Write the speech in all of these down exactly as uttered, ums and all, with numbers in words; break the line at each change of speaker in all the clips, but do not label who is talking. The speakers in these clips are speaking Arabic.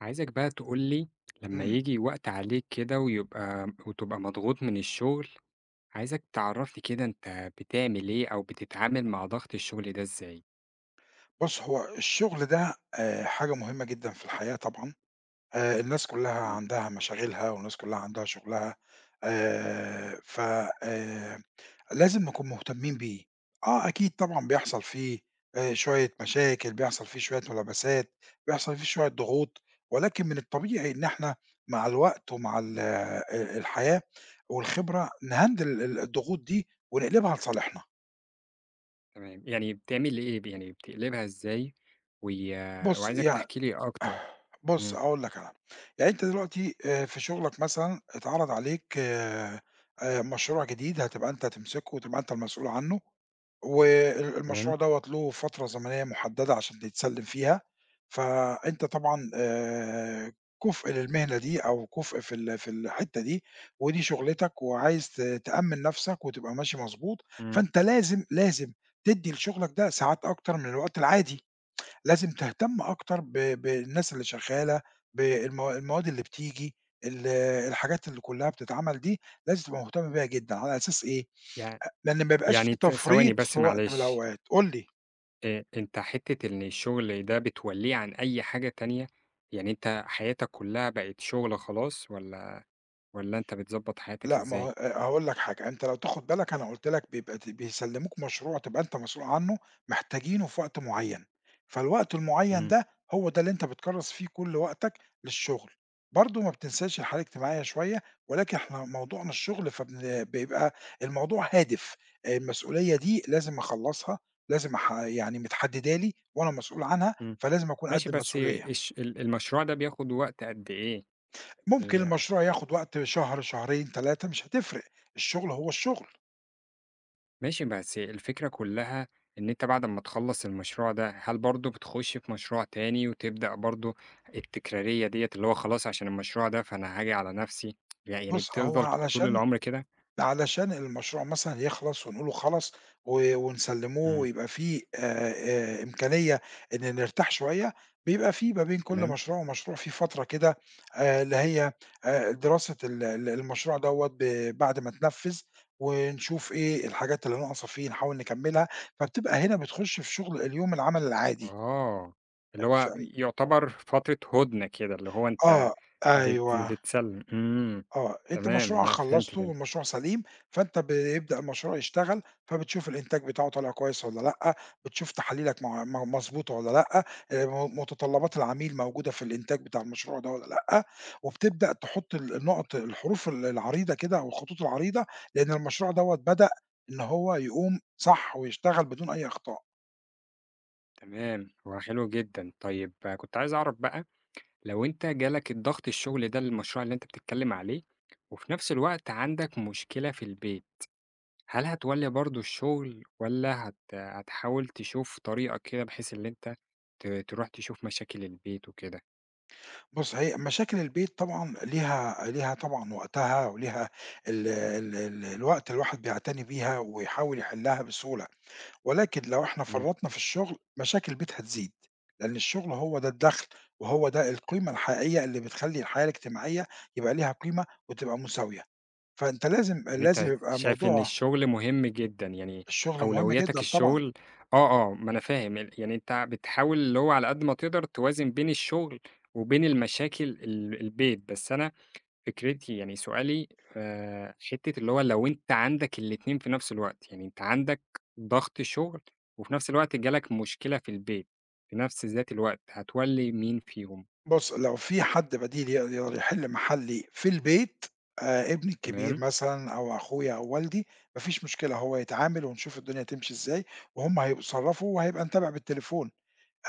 عايزك بقى تقول لي لمّا
إمم.
ييجي وقت عليك كده ويبقى وتبقى مضغوط من الشغل، عايزك تعرّف لي كده أنت بتعمل إيه أو بتتعامل مع ضغط الشغل ده إزاي؟
بُص، هو الشغل ده آآ حاجة مهمة جدًا في الحياة طبعًا، آآ الناس كُلّها
تمام،
عندها مشاغلها والناس كُلّها عندها شغلها، آآ ف آآ لازم نكون مهتمين بيه. آه أكيد طبعًا بيحصل فيه آآ شوية مشاكل، بيحصل فيه شوية ملابسات، بيحصل فيه شوية ضغوط، ولكن من الطبيعي إن إحنا مع الوقت ومع ال آآ الحياة والخبرة نهندل ال الضغوط دي ونقلبها لصالحنا.
تمام، يعني بتعمل إيه ب يعني بتقلبها إزاي؟ وي
بُص،
وعايزك
يع
تحكي لي أكتر.
بُص،
إمم،
هاقول لك أنا، يعني أنت دلوقتي آآ في شغلك مثلًا اتعرض عليك آآ آآ مشروع جديد هتبقى أنت تمسكه وتبقى أنت المسؤول عنه، وال
تمام،
المشروع دوّة له فترة زمنية محددة عشان يتسلم فيها، فأنت طبعًا آآ كُفء للمهنة دي أو كُفء في ال في الحتة دي، ودي شغلتك وعايز ت تأمِّن نفسك وتبقى ماشي مضبوط،
إمم،
فأنت لازم، لازم تدّي لشغلك ده ساعات أكتر من الوقت العادي. لازم تهتم أكتر ب بالناس اللي شغّالة، بالموا المواد اللي بتيجي، ال الحاجات اللي كلّها بتتعمل دي، لازم تبقى مهتم بيها جدًا، على أساس إيه،
يع
أ لإن ما يبقاش
يعني
في
ت ثواني
تفريط
بس
في وقت من
معلش،
الأوقات، قُل لي.
آآ أنت حتّة إن الشغل ده بتولّيه عن أي حاجة تانية، يعني أنت حياتك كلّها بقت شغل خلاص والّا والّا أنت بتضبّط حياتك
لأ، ما
إزاي؟
هو آآ هاقول لك حاجة، أنت لو تاخد بالك أنا قُلت لك بيبقى ت بيسلّموك مشروع تبقى أنت مسؤول عنه، محتاجينه في وقت معيّن، فالوقت المعيّن
إمم.
ده هو ده اللي أنت بتكرّس فيه كل وقتك للشغل، برضه ما بتنساش الحالة الاجتماعية شوية، ولكن إحنا موضوعنا الشغل فبن بيبقى الموضوع هادف، آآ المسؤولية دي لازم أخلّصها، لازم أح يعني متحددة لي وأنا مسؤول عنها،
إمم.
فلازم أكون
ماشي
قد
بس
المسؤولية،
الش ال المشروع ده بياخد وقت قد إيه؟
ممكن
ي
المشروع ياخد وقت شهر، شهرين، ثلاثة مش هتفرق، الشغل هو الشغل.
ماشي بس الفكرة كلّها إن أنت بعد أمّا تخلّص المشروع ده، هل برضه بتخش في مشروع تاني وتبدأ برضه التكرارية ديّة، اللي هو خلاص عشان المشروع ده فأنا هاجي على نَفْسي، ي يعني
بُص، هو
بتفضل ك طول
علشان
العمر كده؟
علشان المشروع مثلًا يخلص ونقوله خلص و ونسلّموه
إمم،
ويبقى في آآ آآ إمكانية إن نرتاح شوية، بيبقى في ما بين كل
تمام.
مشروع ومشروع في فترة كده آآ اللي هي آآ دراسة ال ال المشروع دوّة ب بعد ما اتنفّذ ونشوف إيه الحاجات اللي ناقصة فيه نحاول نكمّلها، فبتبقى هنا بتخُش في شُغل اليوم العمل العادي.
آه، اللي
ف
هو يعتبر فترة هُدنة كده، اللي هو أنت
آه،
بت
أيوه.
بتسلّم. إمم،
آه، أنت
تمام،
مشروعك
أنا فهمت
خلّصته
كده.
والمشروع سليم، فأنت بيبدأ المشروع يشتغل، فبتشوف الإنتاج بتاعه طالع كويس والّا لأ، بتشوف تحاليلك مع م مضبوطة والّا لأ، آآ، م متطلبات العميل موجودة في الإنتاج بتاع المشروع ده والّا لأ، وبتبدأ تحط ال النقط الحروف ال العريضة كده أو الخطوط العريضة، لأن المشروع دوّة بدأ إن هو يقوم صح ويشتغل بدون أي أخطاء.
تمام، هو حلو جدًا. طيب آه، كنت عايز أعرف بقى لو أنت جالك الضغط الشغل ده للمشروع اللي أنت بتتكلم عليه، وفي نفس الوقت عندك مشكلة في البيت، هل هتولّي برضه الشغل والّا هت هتحاول تشوف طريقة كده بحيث اللي أنت ت تروح تشوف مشاكل البيت وكده؟
بُص، هي مشاكل البيت طبعًا ليها ليها طبعًا وقتها وليها ال ال ال الوقت الواحد بيعتني بيها ويحاول يحلّها بسهولة، ولكن لو إحنا
إمم،
فرّطنا في الشغل مشاكل البيت هتزيد، لإن الشغل هو ده الدخل وهو ده القيمة الحقيقية اللي بتخلّي الحياة الاجتماعية يبقى ليها قيمة وتبقى مساوية، فأنت لازم
يعني أنت
لازم يبقى
شايف إن
موضوع
الشغل مهم جدًا، يعني
الشغل مهم
أولوياتك
جدًا طبعًا.
الشغل آه، آه، ما أنا فاهم ال يعني أنت بتحاول اللي هو على قد ما تقدر توازن بين الشغل وبين المشاكل ال البيت، بس أنا فكرتي يعني سؤالي آآ حتّة اللي هو لو أنت عندك الاتنين في نفس الوقت، يعني أنت عندك ضغط شغل وفي نفس الوقت جالك مشكلة في البيت في نفس ذات الوقت، هتولّي مين فيهم؟
بُص، لو في حد بديل يقد يقدر يحل محلي في البيت آآ، ابني الكبير
تمام،
مثلًا أو أخويا أو والدي، ما فيش مشكلة هو يتعامل ونشوف الدنيا تمشي إزاي، وهُم هيتصرّفوا وهيبقى نتابع بالتليفون،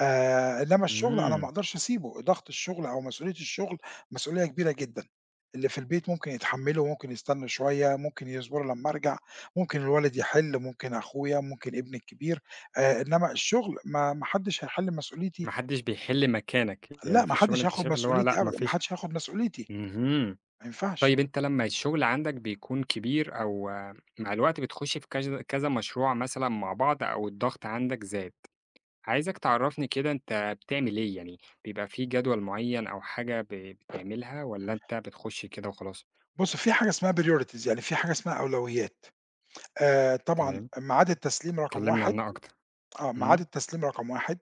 آآ، إنّما الشغل أنا ما
إمم،
أقدرش أسيبه، ضغط الشغل أو مسؤولية الشغل مسؤولية كبيرة جدًا، اللي في البيت ممكن يتحمّله، ممكن يستنى شوية، ممكن يصبروا لمّا أرجع، ممكن الوالد يحل، ممكن أخويا، ممكن ابني الكبير، آآ، إنّما الشغل ما ما حدّش هيحل مسؤوليتي.
ما حدّش بيحِل مكانك، يعني
لأ،
في
ما
الشغل
حدش
أنت
هياخد
شايف اللي هو لأ
مسؤوليتي
ما
أبدًا، ما
فيش
حدش هياخد مسؤوليتي،
اهم،
ما ينفعش.
طيب أنت لمّا الشغل عندك بيكون كبير أو آه، مع الوقت بتخُش في كذا كذا مشروع مثلًا مع بعض أو الضغط عندك زاد عايزك تعرّفني كده أنت بتعمل إيه، يعني بيبقى في جدول معيّن أو حاجة ب بتعملها والّا أنت بتخُش كده وخلاص؟
بُص، في حاجة اسمها priorities يعني في حاجة اسمها أولويات. آآ، طبعًا
تمام،
ميعاد التسليم رقم
كلّمني
واحد
عنها أكتر.
آه، ميعاد
إمم،
التسليم رقم واحد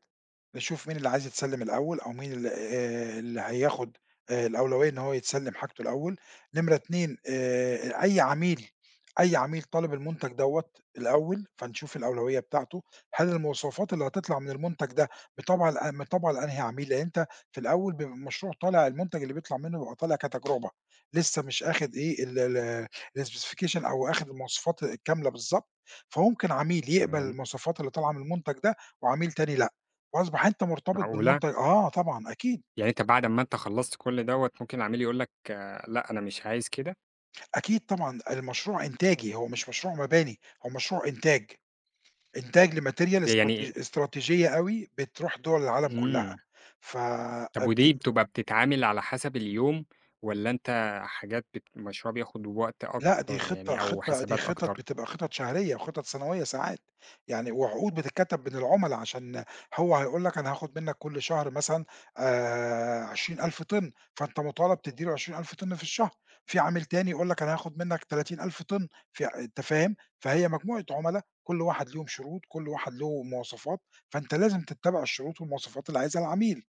نشوف مين اللي عايز يتسلّم الأول أو مين ال آآ، اللي هياخد آآ، الأولوية إن هو يتسلّم حاجته الأول، نمرة اثنين آآ، أي عميل أي عميل طالب المنتج دوّة الأول، فنشوف الأولوية بتاعته، هل المواصفات اللي هتطلع من المنتج ده مطابعة لأ مطابعة لأنهي عميل؟ لأن أنت في الأول بيبقى المشروع طالع المنتج اللي بيطلع منه بيبقى طالع كتجربة، لسه مش آخد إيه ال ال الspecation أو آخد المواصفات الكاملة بالضبط، فممكن عميل يقبل
تمام،
المواصفات اللي طالعة من المنتج ده، وعميل تاني لأ، فأصبح أنت مرتبط
معقولة!
بالمنتج آه طبعًا أكيد،
يعني أنت بعد أمّا أنت خلّصت كل دوّة ممكن العميل يقول لك لأ، أنا مش عايز كده؟
أكيد طبعًا المشروع إنتاجي، هو مش مشروع مباني، هو مشروع إنتاج، إنتاج لMaterial
ده يعني
استراتيج استراتيجية أوي بتروح دُول العالم كلها،
إمم،
ف
طب ودي بتبقى بتتعامل على حسب اليوم والّا أنت حاجات بت مشروع بياخد وقت
لأ، دي
أكتر
خطة
يعني أو
خطة دي
حسابات
خطط
أكتر؟
بتبقى خطط شهرية وخطط سنوية ساعات، يعني وعقود بتتكتب بين العملا عشان هو هيقول لك أنا هاخد منك كل شهر مثلًا آآ عشرين ألف طِن، فأنت مطالب تدّي له عشرين ألف طِن في الشهر، في عميل تاني يقول لك أنا هاخد منك تلاتين ألف طِن، في ع أنت فاهم؟ فهي مجموعة عملا كل واحد ليهم شروط، كل واحد له مواصفات، فأنت لازم تتّبع الشروط والمواصفات اللي عايزها العميل.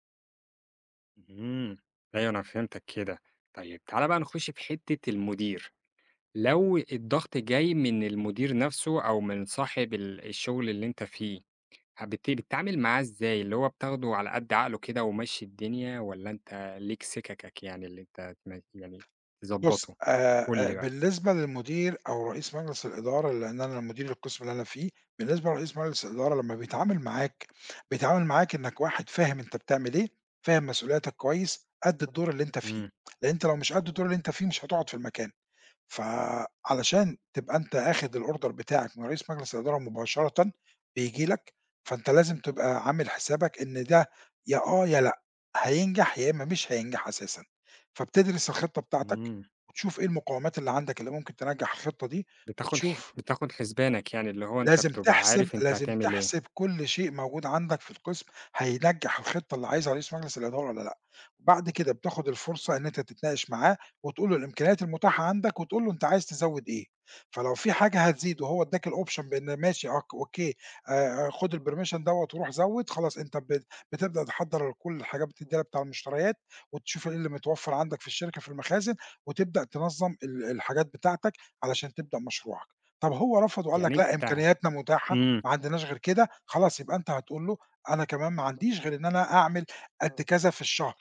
اهم، أيوه أنا فهمتك كده. طيب تعالَ بقى نخُش في حتّة المدير. لو الضغط جاي من المدير نفسه أو من صاحب ال الشغل اللي أنت فيه، بت بتتعامل معاه إزاي؟ اللي هو بتاخده على قد عقله كده ومشّي الدنيا والّا أنت ليك سِكَكَك يعني اللي أنت تم يعني
بُص،
تضبّطه؟
آآ
قُل
آآ
لي بقى.
بالنسبة للمدير أو رئيس مجلس الإدارة لإن أنا مدير القسم اللي أنا فيه، بالنسبة لرئيس مجلس الإدارة لمّا بيتعامل معاك، بيتعامل معاك إنّك واحد فاهم أنت بتعمل إيه، فاهم مسؤولياتك كويس، قد الدور اللي أنت فيه،
إمم،
لإن أنت لو مش قد الدور اللي أنت فيه مش هتقعد في المكان. فعلشان تبقى أنت آخد الorder بتاعك من رئيس مجلس الإدارة مباشرةً بييجي لك، فأنت لازم تبقى عامل حسابك إن ده يا آه، يا لأ، هينجح يا إمّا مش هينجح أساسًا، فبتدرس الخطة بتاعتك
إمم.
وتشوف إيه المقومات اللي عندك اللي ممكن تنجّح الخطة دي
بتاخد ح
وتشوف
بتاخد حسبانك يعني، اللي هو أنت
لازم
بتبقى
تحسب
عارف أنت
لازم
هتعمل إيه.
تحسب كل شيء موجود عندك في القسم هينجّح الخطة اللي عايزها رئيس مجلس الإدارة والّا لأ، بعد كده بتاخد الفرصة إن أنت تتناقش معاه وتقول له الإمكانيات المتاحة عندك وتقول له أنت عايز تزوّد إيه، فلو في حاجة هتزيد وهو ادّاك الoption بإن ماشي أوك أوكي آآ خُد الpermission دوّة وروح زوّد خلاص أنت بت بتبدأ تحضّر كل الحاجات بتدّيها بتاع المشتريات وتشوف إيه اللي متوفّر عندك في الشركة في المخازن وتبدأ تنظّم ال الحاجات بتاعتك علشان تبدأ مشروعك. طب هو رفض وقال
يعني
لك لأ
أنت
إمكانياتنا متاحة،
إمم،
ما عندناش غير كده، خلاص يبقى أنت هتقول له أنا كمان ما عنديش غير إن أنا أعمل قد إمم. كذا في الشهر،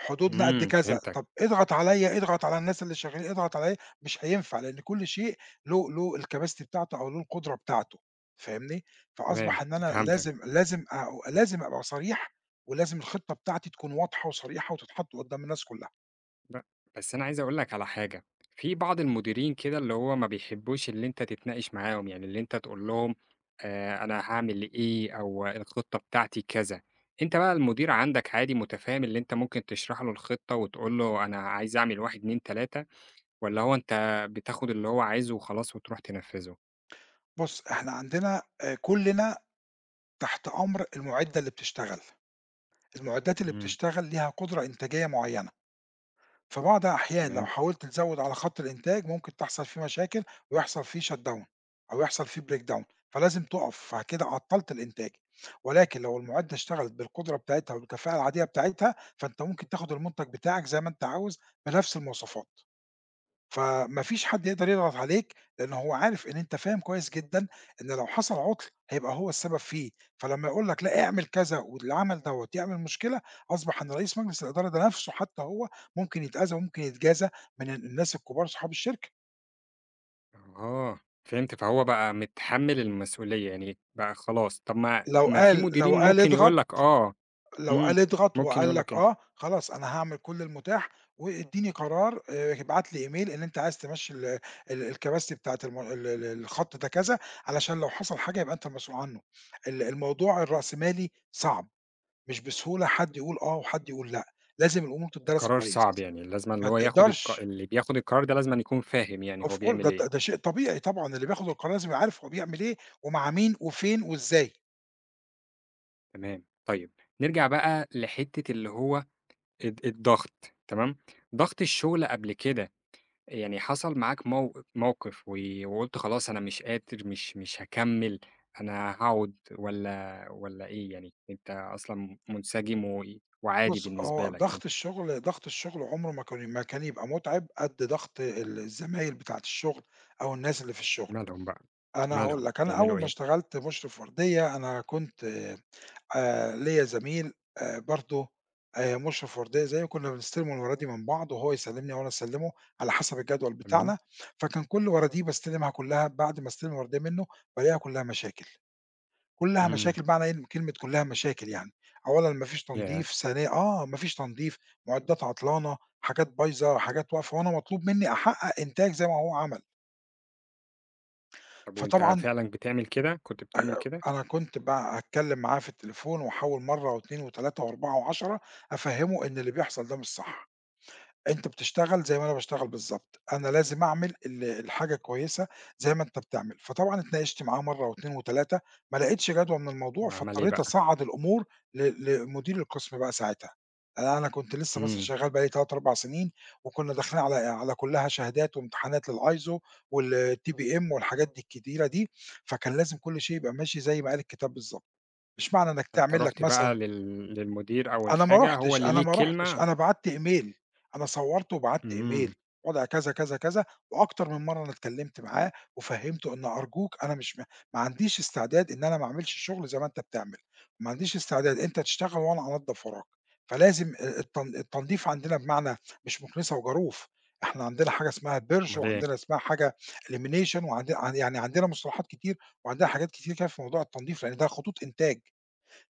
حدودنا قد
إمم،
كذا،
فهمتك،
طب اضغط عليَّ، اضغط على الناس اللي شغالين، اضغط عليَّ، مش هينفع لأن كل شيء له له الكباستي بتاعته أو له القدرة بتاعته، فاهمني؟
تمام،
فأصبح إن أنا
فهمتك.
لازم لازم أ لازم أبقى صريح، ولازم الخطة بتاعتي تكون واضحة وصريحة وتتحط قدّام الناس كلها.
لأ، بس أنا عايز أقول لك على حاجة، في بعض المديرين كده اللي هو ما بيحبوش اللي أنت تتناقش معاهم، يعني اللي أنت تقول لهم آآ أنا هاعمل إيه أو الخطة بتاعتي كذا، أنت بقى المدير عندك عادي متفاهم اللي أنت ممكن تشرح له الخطة وتقول له أنا عايز أعمل واحد، اتنين، ثلاثة والّا هو أنت بتاخد اللي هو عايزه وخلاص وتروح تنفذه؟
بُص، إحنا عندنا آآ كلنا تحت أمر المُعدّة اللي بتشتغل. المعدات اللي
إمم،
بتشتغل ليها قدرة إنتاجية معينة، في بعض الأحيان لو
تمام،
حاولت تزود على خط الإنتاج ممكن تحصل فيه مشاكل ويحصل فيه شت داون أو يحصل فيه بريك داون، فلازم تقف فكده عطلت الإنتاج، ولكن لو المعدة اشتغلت بالقدرة بتاعتها والكفاءة العادية بتاعتها فأنت ممكن تاخد المنتج بتاعك زي ما أنت عاوز بنفس المواصفات. فما فيش حد يقدر يضغط عليك، لإن هو عارف إن أنت فاهم كويس جدًا إن لو حصل عُطل هيبقى هو السبب فيه، فلمّا يقول لك لأ اعمل كذا واللي عمل دوّة يعمل مشكلة، أصبح إن رئيس مجلس الإدارة ده نَفْسه حتى هو ممكن يتأذى وممكن يتجازى من الناس الكبار صحاب الشركة،
آه، فهمت، فهو بقى متحمل المسؤولية يعني بقى خلاص، طب ما
لو
ما في
قال
مديرين
لو قال
ممكن
اضغط
يقول لك آه،
لو
إمم،
قال اضغط
ممكن
وقال
يقول لك
لك
كده.
آه، خلاص أنا هاعمل كل المتاح إمم. وادّيني قرار آآ، ابعت لي إيميل إن أنت عايز تمشّي ال ال الكباسيتي بتاعة الم ال ال الخط ده كذا، علشان لو حصل حاجة يبقى أنت المسؤول عنه. ال الموضوع الرأسمالي صعب، مش بسهولة حد يقول آه وحد يقول لأ، لازم الأمور إمم. تدّرس
قرار
كويس.
صعب يعني، لازمًا اللي
ما
هو ياخد الق
تقدرش
اللي بياخد القرار ده لازمًا يكون فاهم يعني
of
هو
course
بيعمل
ده
إيه،
ده شيء طبيعي طبعًا، اللي بياخد القرار لازم يبقى عارف هو بيعمل إيه ومع مين وفين وإزاي.
تمام. طيب نرجع بقى لحتّة اللي هو الض الضغط تمام، ضغط الشغل قبل كده يعني حصل معاك مو موقف و وقُلت خلاص أنا مش قادر مش مش هاكمّل، أنا هاقعد والّا والّا إيه يعني؟ أنت أصلًا منسجم و وعادي
بُص،
بالنسبة
هو
لك أنت
ضغط الشغل ضغط الشغل عمره ما كان ما كان يبقى مُتعِب قد ضغط ال الزمايل بتاعة الشغل أو الناس اللي في الشغل.
مالهم بقى،
أنا هاقول
مالهم
لك، أنا
بيعملوا
أول ما
إيه؟
اشتغلت مُشرف وردية، أنا كنت آآ ليّا زميل آآ برضه آآ مُشرف وردية زيّي وكُنّا بنستلم الورايد من بعض وهو يسلِّمني وأنا أسلِّمه على حسب الجدول
تمام،
بتاعنا، فكان كل ورايديه باستلمها كُلّها، بعد ما أستلم الوردية منّه بالاقيها كُلّها مشاكل. كلّها
إمم،
مشاكل بمعنى إيه كلمة كلّها مشاكل يعني، أولًا ما فيش
ياه!
تنضيف، ثانيًا آه، ما فيش تنضيف، معدات عطلانة، حاجات بايظة، حاجات واقفة، وأنا مطلوب منّي أحقق إنتاج زي ما هو عمل،
طب وأنت
فطبعًا
فعلًا بتعمل كده، كنت بتعمل
آآ
كده؟
أنا كنت بقى هاتكلّم معاه في التليفون وأحاول مرّة واتنين وتلاتة واربعة وعشرة أفهّمه إن اللي بيحصل ده مش صح. أنت بتشتغل زي ما أنا باشتغل بالضبط، أنا لازم أعمل ال الحاجة كويسة زي ما أنت بتعمل، فطبعًا اتناقشت معاه مرّة و2 و3 ما لقيتش جدوى من الموضوع،
وعمل إيه
فاضطريت
بقى؟
أصعّد الأمور ل لمدير القسم بقى ساعتها، أنا أنا كنت لسه مثلًا
إمم،
شغال بقى لي ثلاثة، اربعة سنين، وكنا داخلين على على كلّها شهادات وامتحانات للISO والTPM والحاجات دي الكتيرة دي، فكان لازم كل شيء يبقى ماشي زي ما قال الكتاب بالضبط، مش معنى إنك
فأنت
تعمل لك
رُحت بقى
مثلًا
لل للمدير أو
أنا ما
الحاجة هو
رُحتش،
اللي
أنا
ليه
ما رُحتش،
كلمة
أنا بعتّ إيميل، أنا صوّرت وبعتّ
إمم،
إيميل، وضع كذا، كذا، كذا، وأكتر من مرّة أنا اتكلّمت معاه وفهّمته إن أرجوك أنا مش م ما عنديش استعداد إن أنا ما أعملش شغل زي ما أنت بتعمل، ما عنديش استعداد أنت تشتغل وأنا أنضّف وراك، فلازم آآ التن التنضيف عندنا بمعنى مش مُكنسة وجاروف، إحنا عندنا حاجة اسمها purge
أمال إيه،
وعندنا اسمها حاجة elimination وعند يعني عندنا مصطلحات كتير وعندنا حاجات كتير كده في موضوع التنضيف، لإن ده خطوط إنتاج.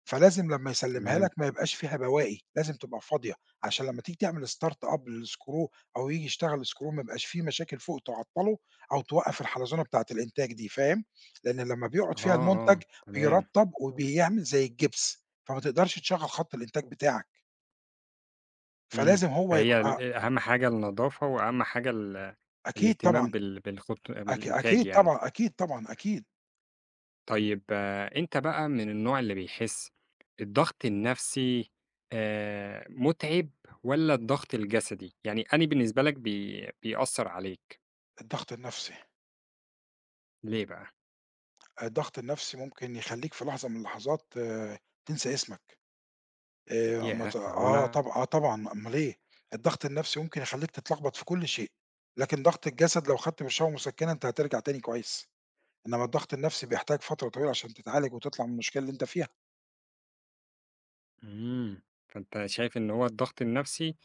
فلازم لمّا يسلّمها
تمام،
لك ما يبقاش فيها بواقي، لازم تبقى فاضية، عشان لمّا تيجي تعمل start up للscrew أو ييجي يشتغل الscrew ما يبقاش في مشاكل فوق تعطّله أو توقّف الحلزونة بتاعة الإنتاج دي فاهم، لإن لمّا بيقعد فيها
آه،
المنتج
آه، تمام،
بيرطّب وبيعمل زي الجبس، فما تقدرش تشغّل خط الإنتاج بتاعك،
إمم،
فلازم هو
فهي
يبقى
ال أهم حاجة النضافة وأهم حاجة ال
أكيد
الاهتمام
طبعًا،
بال بالخط
أك
بالإنتاج
أكيد
يعني.
طبعًا، أكيد طبعًا، أكيد.
طيب آه، أنت بقى من النوع اللي بيحس الضغط النفسي آآ، مُتعب والّا الضغط الجسدي؟ يعني أنهي بالنسبة لك بي بيأثّر عليك،
الضغط النفسي،
ليه بقى؟
الضغط النفسي ممكن يخلّيك في لحظة من اللحظات آه، تنسى اسمك. آآ ما
ياه
ت آه
معقولة!
طب آه طبعًا، أمّال إيه، الضغط النفسي ممكن يخلّيك تتلخبط في كل شيء، لكن ضغط الجسد لو خدت برشّامة مسكّنة أنت هترجع تاني كويس، إنّما الضغط النفسي بيحتاج فترة طويلة عشان تتعالج وتطلع من المشكلة اللي أنت فيها،
إمم. فأنت شايف إن هو الضغط النفسي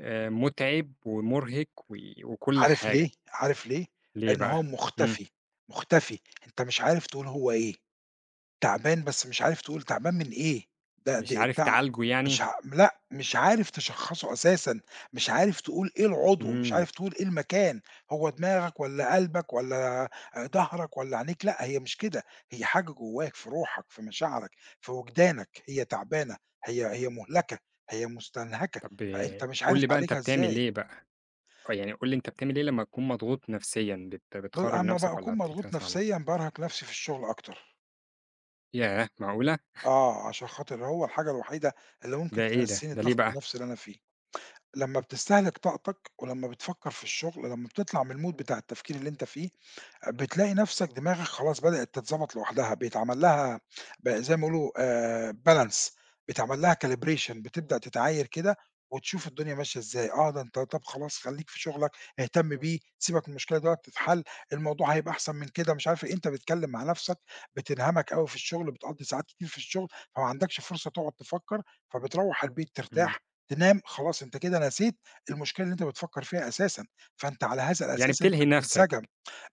آآ مُتعِب ومُرهِق و وكل
عارف
حاجة،
ليه، عارف ليه،
ليه
لإن
بقى؟
هو
إمم.
مختفي، مختفي، أنت مش عارف تقول هو إيه. تعبان بس مش عارف تقول تعبان من إيه، ده إمم. ده
مش عارف
التع
تعالجه يعني؟
مش ع لأ، مش عارف تشخّصه أساسًا، مش عارف تقول إيه العضو، مش
إمم.
عارف تقول إيه المكان، هو دماغك والّا قلبك والّا ضهرك والّا عينيك، لأ هي مش كده، هي حاجة جواك في روحك، في مشاعرك، في وجدانك، هي تعبانة، هي هي مُهلَكة، هي مستنهكة،
طب
فأنت مش
قُل
عارف
لي بقى أنت
تعالجها
بتعمل
إزاي.
إيه بقى؟ آه. يعني قُل لي أنت بتعمل إيه لمّا تكون مضغوط نفسيًا، بت
ب
بتخرّج
أمّا
نفسك والّا
باكون مضغوط
بتتهز والّا
نفسيًا بارهق نفسي في الشغل أكتر،
ياه! معقولة!
آه، عشان خاطر هو الحاجة الوحيدة اللي
ده
ممكن
إيه ده؟
تنسّيني
ده ليه
الضغط
بقى؟
النفسي اللي أنا فيه. لمّا بتستهلك طاقتك، ولمّا بتفكّر في الشغل، لمّا بتطلع من الmood بتاع التفكير اللي أنت فيه، بتلاقي نفسك دماغك خلاص بدأت تتضبط لوحدها، بيتعمل لها ب زي ما بيقولوا آآ balance بيتعمل لها calibration بتبدأ تتعاير كده وتشوف الدنيا ماشية إزاي، آه ده أنت طب خلاص خلّيك في شغلك، اهتم بيه، سيبك من المشكلة دلوقتي تتحل، الموضوع هيبقى أحسن من كده، مش عارف إيه، أنت بتتكلم مع نفسك، بتنهمك أوي في الشغل، بتقضّي ساعات كتير في الشغل، فما عندكش فرصة تقعد تفكّر، فبتروّح البيت
إمم.
ترتاح، تنام، خلاص أنت كده نسيت المشكلة اللي أنت بتفكّر فيها أساسًا، فأنت على هذا
يعني
الأساس أنت
بتلهي نفسك.
بتنسجم.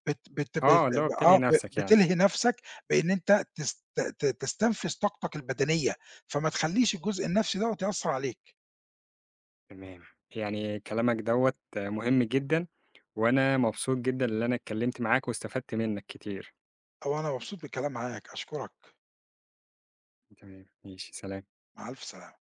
بت بت بت
آه. اللي هو بتلهي
آه، ب
نفسك يعني.
بتلهي نَفْسك بإن أنت تست ت تستنفذ طاقتك البدنية، فما تخلّيش الجزء النَفْسي دوّة يأثّر عليك،
تمام. يعني كلامك دوّة مهم جدًا، وأنا مبسوط جدًا اللي أنا اتكلّمت معاك واستفدت منّك كتير.
أوي أنا مبسوط بالكلام معاك، أشكرك،
تمام، ماشي سلام.
مع ألف سلامة.